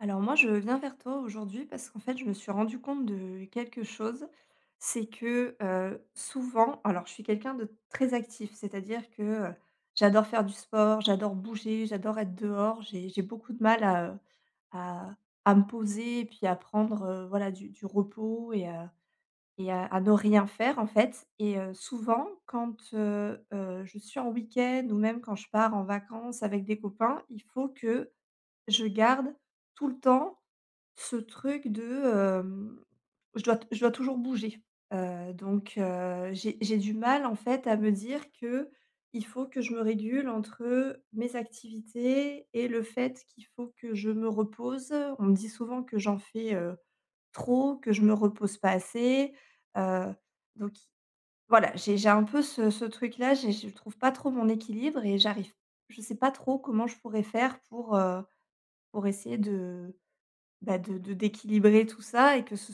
Alors moi, je viens vers toi aujourd'hui parce qu'en fait, je me suis rendu compte de quelque chose. C'est que souvent, alors je suis quelqu'un de très actif, c'est-à-dire que j'adore faire du sport, j'adore bouger, j'adore être dehors, j'ai beaucoup de mal à, à, à me poser et puis à prendre voilà, du repos et à ne rien faire en fait. Et souvent, quand je suis en week-end ou même quand je pars en vacances avec des copains, il faut que je garde tout le temps ce truc de, hem, je dois toujours bouger. Donc, j'ai du mal en fait à me dire que il faut que je me régule entre mes activités et le fait qu'il faut que je me repose. On me dit souvent que j'en fais, trop, que je me repose pas assez, heu, donc voilà, j'ai un peu ce truc là, j'ai je trouve pas trop mon équilibre et j'arrive je sais pas trop comment je pourrais faire pour essayer de, bah, de d'équilibrer tout ça et que ce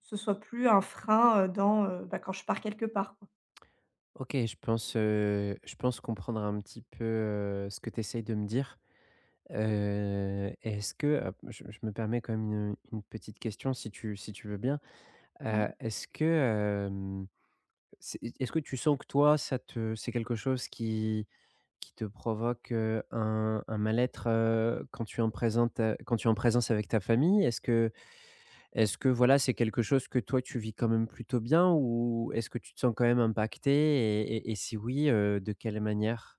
ce soit plus un frein, bah, quand je pars quelque part, quoi. OK, je pense comprendre un petit peu, ce que tu essayes de me dire. Est-ce que, je me permets quand même une petite question si tu si tu veux bien. Mmh. Est-ce que, c'est est ce que tu sens que toi, ça te c'est quelque chose qui te provoque, un mal-être, quand tu es en présente, quand tu es en présence avec ta famille? Est-ce que voilà, c'est quelque chose que toi tu vis quand même plutôt bien ou est-ce que tu te sens quand même impacté et si oui, de quelle manière?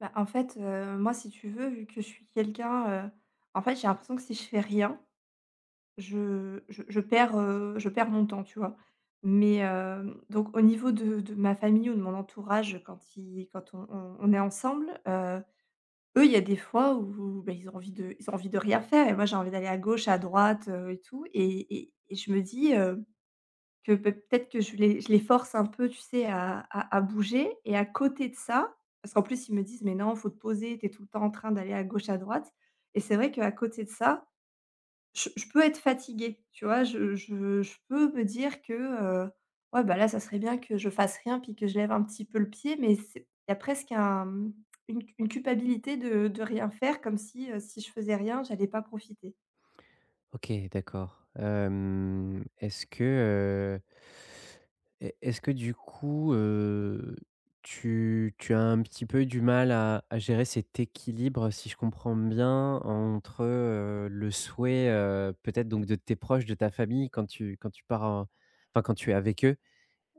Bah, en fait, moi, si tu veux, vu que je suis quelqu'un, en fait, j'ai l'impression que si je fais rien, je perds mon temps, tu vois? Mais, donc au niveau de ma famille ou de mon entourage quand ils quand on est ensemble, eux, il y a des fois où, bah, ils ont envie de rien faire et moi, j'ai envie d'aller à gauche, à droite, et tout et je me dis, Que peut-être que je les force un peu, tu sais, à bouger et à côté de ça parce qu'en plus ils me disent: «Mais non, faut te poser, tu es tout le temps en train d'aller à gauche, à droite» et c'est vrai qu'à côté de ça, je peux être fatiguée, tu vois? Je peux me dire que, ouais, bah, là, ça serait bien que je fasse rien puis que je lève un petit peu le pied, mais c'est il y a presque un, mmh, une culpabilité de rien faire comme si, si je faisais rien, j'allais pas profiter. OK, d'accord. Est-ce que, heu, est-ce que du coup, tu as un petit peu du mal à gérer cet équilibre, si je comprends bien, entre, le souhait, peut-être donc de tes proches, de ta famille quand tu pars en enfin quand tu es avec eux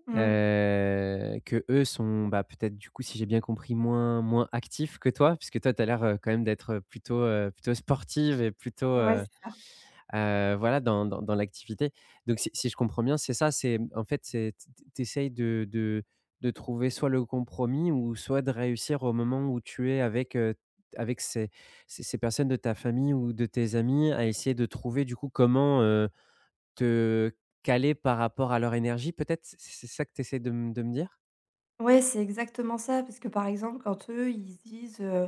Mmh. Que eux sont, bah, peut-être du coup, si j'ai bien compris, moins actifs que toi? Puisque toi, tu as l'air, quand même d'être, plutôt, plutôt sportive et plutôt, Ouais, voilà, dans dans l'activité. Donc si je comprends bien, c'est ça, c'est, en fait, c'est tu essayes de trouver soit le compromis ou soit de réussir au moment où tu es avec, avec ces personnes de ta famille ou de tes amis à essayer de trouver du coup comment, te caler par rapport à leur énergie peut-être? C'est ça que tu essaies de m de me dire? ouais, c'est exactement ça, parce que, par exemple, quand eux, ils se disent,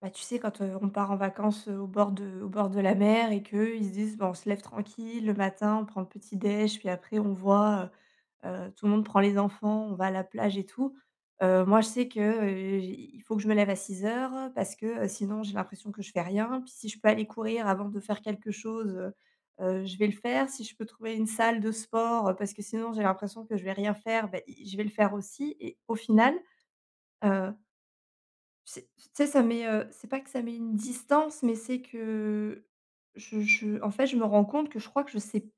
bah, tu sais, quand, on part en vacances, au bord de la mer et qu'eux, ils se disent: «Bah, on se lève tranquille le matin, on prend le petit déj, puis après on voit, tout le monde prend les enfants, on va à la plage et tout». Moi, je sais que, j'ai il faut que je me lève à 6 heures parce que, sinon j'ai l'impression que je fais rien. Puis si je peux aller courir avant de faire quelque chose, je vais le faire. Si je peux trouver une salle de sport, parce que sinon j'ai l'impression que je vais rien faire, bah, i je vais le faire aussi et au final, heu, c'est tu sais, ça met, c'est pas que ça met une distance, mais c'est que je en fait, je me rends compte que je crois que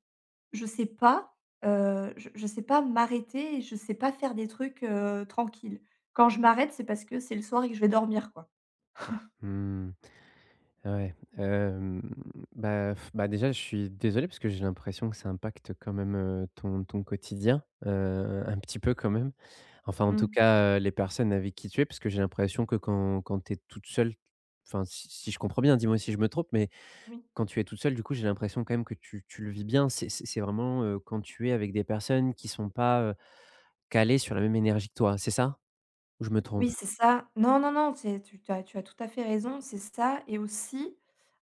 je sais pas, je sais pas m'arrêter et je sais pas faire des trucs, tranquilles. Quand je m'arrête, c'est parce que c'est le soir et que je vais dormir, quoi. Mmh, ouais, bah, bah, déjà, je suis désolé parce que j'ai l'impression que ça impacte quand même, ton quotidien, un petit peu quand même. Enfin, en tout Mmh. cas, les personnes avec qui tu es, parce que j'ai l'impression que quand tu es toute seule, enfin, si je comprends bien, dis-moi si je me trompe, mais Oui. quand tu es toute seule, du coup, j'ai l'impression quand même que tu le vis bien. C'est vraiment, quand tu es avec des personnes qui sont pas, calées sur la même énergie que toi, c'est ça? Je me trompe. Oui, c'est ça. Non, non, non, c'est tu tu as tout à fait raison, c'est ça et aussi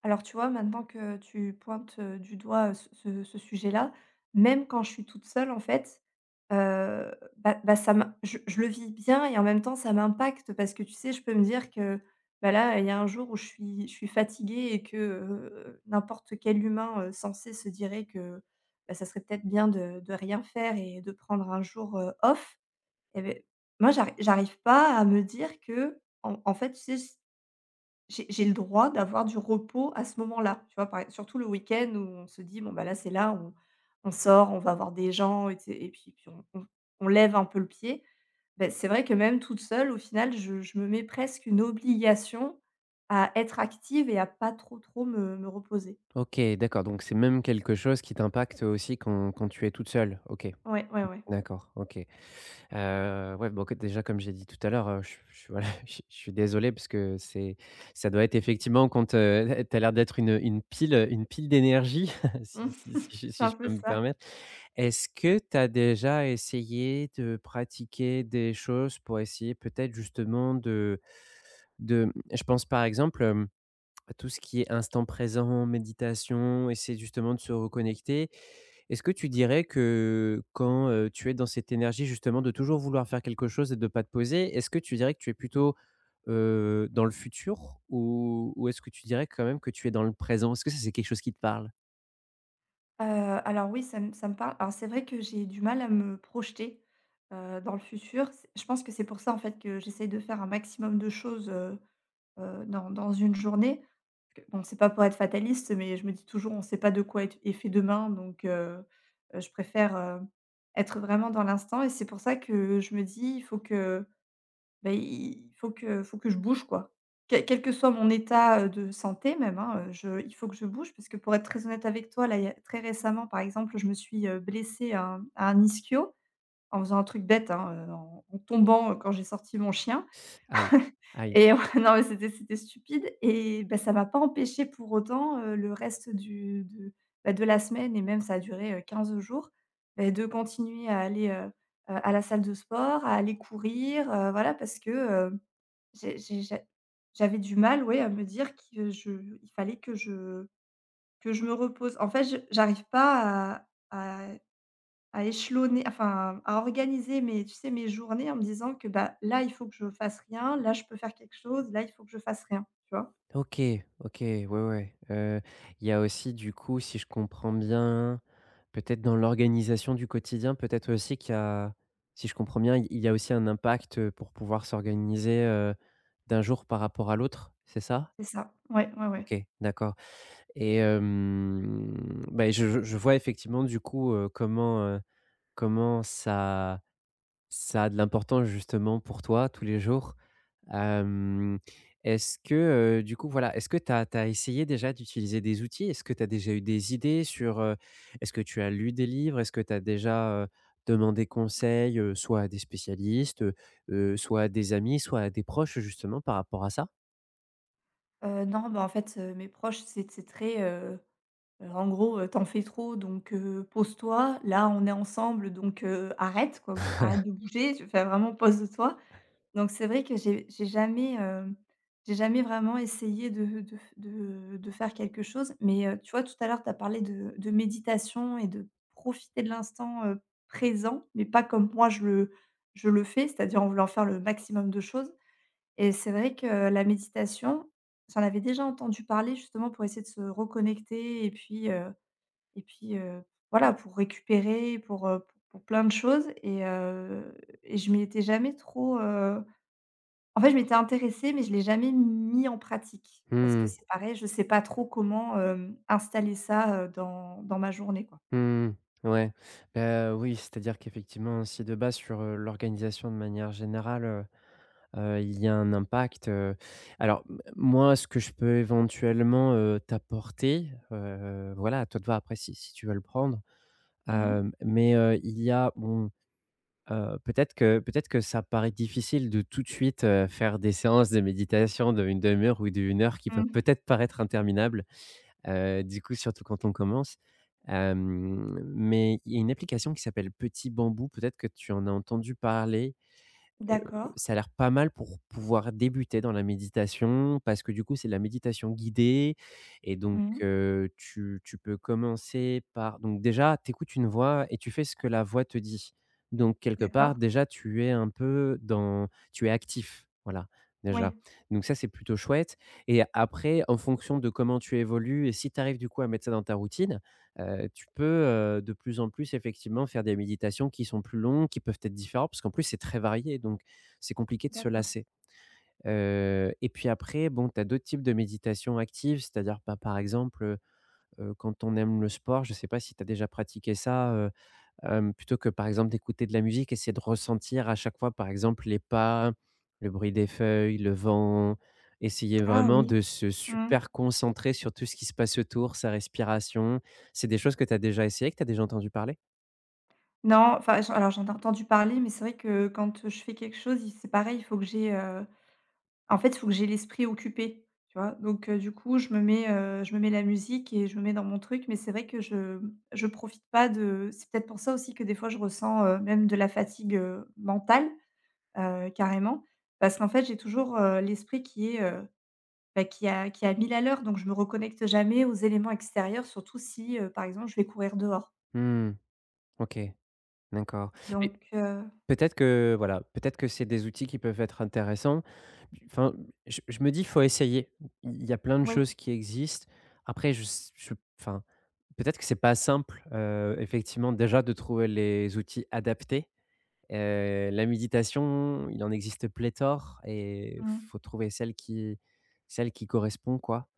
alors tu vois, maintenant que tu pointes, du doigt, ce sujet-là, même quand je suis toute seule, en fait, heu, bah, ça m'im je le vis bien et en même temps, ça m'impacte parce que, tu sais, je peux me dire que, bah, là, il y a un jour où je suis fatiguée et que, n'importe quel humain, sensé se dirait que, bah, ça serait peut-être bien de rien faire et de prendre un jour, off. Et beh, moi j'arrive pas à me dire que, en fait, tu sais, s j'ai le droit d'avoir du repos à ce moment-là, tu vois? Par ex surtout le week-end où on se dit: «Bon, bah, là, c'est là, on sort, on va voir des gens et tu sais et puis on lève un peu le pied». Beh, c'est vrai que même toute seule, au final, je me mets presque une obligation à être active et à pas trop, trop me reposer. OK, d'accord, donc c'est même quelque chose qui t'impacte aussi quand quand tu es toute seule? OK, Ouais, ouais, ouais. d'accord, OK. Ouais, bon, que déjà, comme j'ai dit tout à l'heure, je suis voilà, je suis désolé parce que c'est ça doit être effectivement quand, tu as l'air d'être une pile, une pile d'énergie, Mmh, si je c'est si un je peu peux me ça. permettre. Est-ce que tu as déjà essayé de pratiquer des choses pour essayer peut-être justement de, je pense par exemple, bah, tout ce qui est instant présent, méditation, essayer justement de se reconnecter. Est-ce que tu dirais que quand, tu es dans cette énergie justement de toujours vouloir faire quelque chose et de ne pas te poser, est-ce que tu dirais que tu es plutôt, dans le futur ou est-ce que tu dirais quand même que tu es dans le présent? Est-ce que ça, c'est quelque chose qui te parle? Heu, alors oui, ça me parle. Alors c'est vrai que j'ai du mal à me projeter, dans le futur. C'est je pense que c'est pour ça, en fait, que j'essaye de faire un maximum de choses, dans une journée. Parce que bon, c'est pas pour être fataliste, mais je me dis toujours: «On sait pas de quoi est fait demain», donc je préfère, être vraiment dans l'instant et c'est pour ça que je me dis: «Il faut que». Beh, il faut que je bouge quoi. Quel que soit mon état, de santé même, hein, je il faut que je bouge parce que pour être très honnête avec toi, là, il y a très récemment, par exemple, je me suis, blessée à un ischio en faisant un truc bête, hein, en tombant, quand j'ai sorti mon chien Aïe, aïe. et ouais, non, mais c'était stupide et bah, ça m'a pas empêché pour autant, le reste du de bah, de la semaine et même ça a duré, 15 jours, beh, de continuer à aller, à la salle de sport, à aller courir, voilà parce que, j'ai j'ai j'a j'avais du mal, ouais, à me dire qu'il fallait que je me repose. En fait, je j'arrive pas à échelonner, enfin, à organiser mes tu sais, mes journées en me disant que, bah, là, il faut que je fasse rien, là, je peux faire quelque chose, là, il faut que je fasse rien, tu vois? OK, OK, ouais, ouais. Il y a aussi du coup, si je comprends bien, peut-être dans l'organisation du quotidien, peut-être aussi qu'il y a si je comprends bien, il y a aussi un impact, pour pouvoir s'organiser, d'un jour par rapport à l'autre, c'est ça? C'est ça. Ouais, ouais, ouais. OK, d'accord et bah, je vois effectivement du coup, comment, comment ça a de l'importance justement pour toi tous les jours. Hem, est-ce que, du coup, voilà, est-ce que tu as essayé déjà d'utiliser des outils? Est-ce que tu as déjà eu des idées sur, est-ce que tu as lu des livres? Est-ce que tu as déjà, demandé conseil, soit à des spécialistes, soit à des amis, soit à des proches justement par rapport à ça? Non, bah, en fait, mes proches, c'est très, en gros: «Tu fais trop donc pose-toi. Là, on est ensemble donc arrête quoi, b arrête de bouger, tu enfin vraiment pose-toi». Donc c'est vrai que j'ai jamais vraiment essayé de f de faire quelque chose. Mais tu vois, tout à l'heure, tu as parlé de méditation et de profiter de l'instant, présent, mais pas comme moi je le fais, c'est-à-dire en voulant faire le maximum de choses. Et c'est vrai que la méditation, j'en avais déjà entendu parler justement pour essayer de se reconnecter et puis, voilà, pour récupérer, pour, pour plein de choses et je m'y étais jamais trop, en fait, je m'étais intéressée, mais je ne l'ai jamais mis en pratique parce que Mmh. c'est pareil, je ne sais pas trop comment, installer ça, dans ma journée, quoi. Mmh. Ouais. Bah, oui, c'est-à-dire qu'effectivement, si de base sur, l'organisation de manière générale, il y a un impact, alors m moi, ce que je peux éventuellement, t'apporter, voilà, à toi de voir après si tu veux le prendre, Mmh mh. Mais il y a bon, peut-être que ça paraît difficile de tout de suite, faire des séances de méditation d'1 demi-heure ou d'une heure qui peuvent Mmh. peut-être paraître interminables, du coup, surtout quand on commence, mais il y a une application qui s'appelle Petit Bambou, peut-être que tu en as entendu parler? Heu, D'accord. ça a l'air pas mal pour pouvoir débuter dans la méditation, parce que du coup, c'est de la méditation guidée et donc Mmh. Tu peux commencer par donc déjà, tu écoutes une voix et tu fais ce que la voix te dit. Donc quelque part, D'accord. déjà, tu es un peu dans tu es actif, voilà, Oui, déjà. Donc ça, c'est plutôt chouette et après, en fonction de comment tu évolues et si tu arrives du coup à mettre ça dans ta routine, tu peux, de plus en plus effectivement faire des méditations qui sont plus longues, qui peuvent être différentes, parce qu'en plus, c'est très varié donc c'est compliqué de se d'accord. lasser. Et puis après, bon, tu as d'autres types de méditation active, c'est-à-dire, bah, par exemple, quand on aime le sport, je ne sais pas si tu as déjà pratiqué ça, plutôt que, par exemple, d'écouter de la musique, essayer de ressentir à chaque fois, par exemple, les pas, le bruit des feuilles, le vent, essayer Ah vraiment de oui. se Mmh. super concentrer sur tout ce qui se passe autour, sa respiration. C'est des choses que tu as déjà essayé que tu as déjà entendu parler? Non, enfin, j'en alors j'en ai entendu parler, mais c'est vrai que quand, je fais quelque chose, il c'est pareil, il faut que j'ai, en fait, il faut que j'ai l'esprit occupé, tu vois? Donc du coup, je me mets la musique et je me mets dans mon truc, mais c'est vrai que je profite pas de c'est peut-être pour ça aussi que des fois je ressens, même de la fatigue, mentale, carrément, parce qu'en fait, j'ai toujours, l'esprit qui est, bah, qui a à 1000 à l'heure, donc je me reconnecte jamais aux éléments extérieurs, surtout si, par exemple, je vais courir dehors. Mmh, OK, d'accord. Mais Donc peut-être que voilà, peut-être que c'est des outils qui peuvent être intéressants. Enfin, je me dis: «Faut essayer». Il y a plein de oui. choses qui existent. Après je s je enfin, peut-être que c'est pas simple, effectivement déjà de trouver les outils adaptés. La méditation, il en existe pléthore et Mmh. faut trouver celle qui correspond quoi.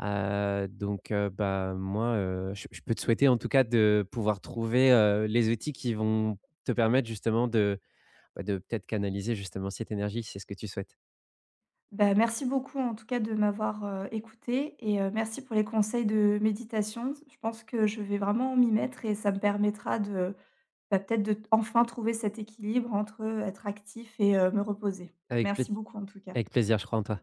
Donc bah, moi, je peux te souhaiter en tout cas de pouvoir trouver, les outils qui vont te permettre justement de bah, de peut-être canaliser justement cette énergie, si c'est ce que tu souhaites. Bah, merci beaucoup en tout cas de m'avoir, écoutée et merci pour les conseils de méditation. Je pense que je vais vraiment m'y mettre et ça me permettra de, bah, peut-être de enfin trouver cet équilibre entre, être actif et me reposer. Avec plai Merci beaucoup en tout cas. avec plaisir, je crois en toi.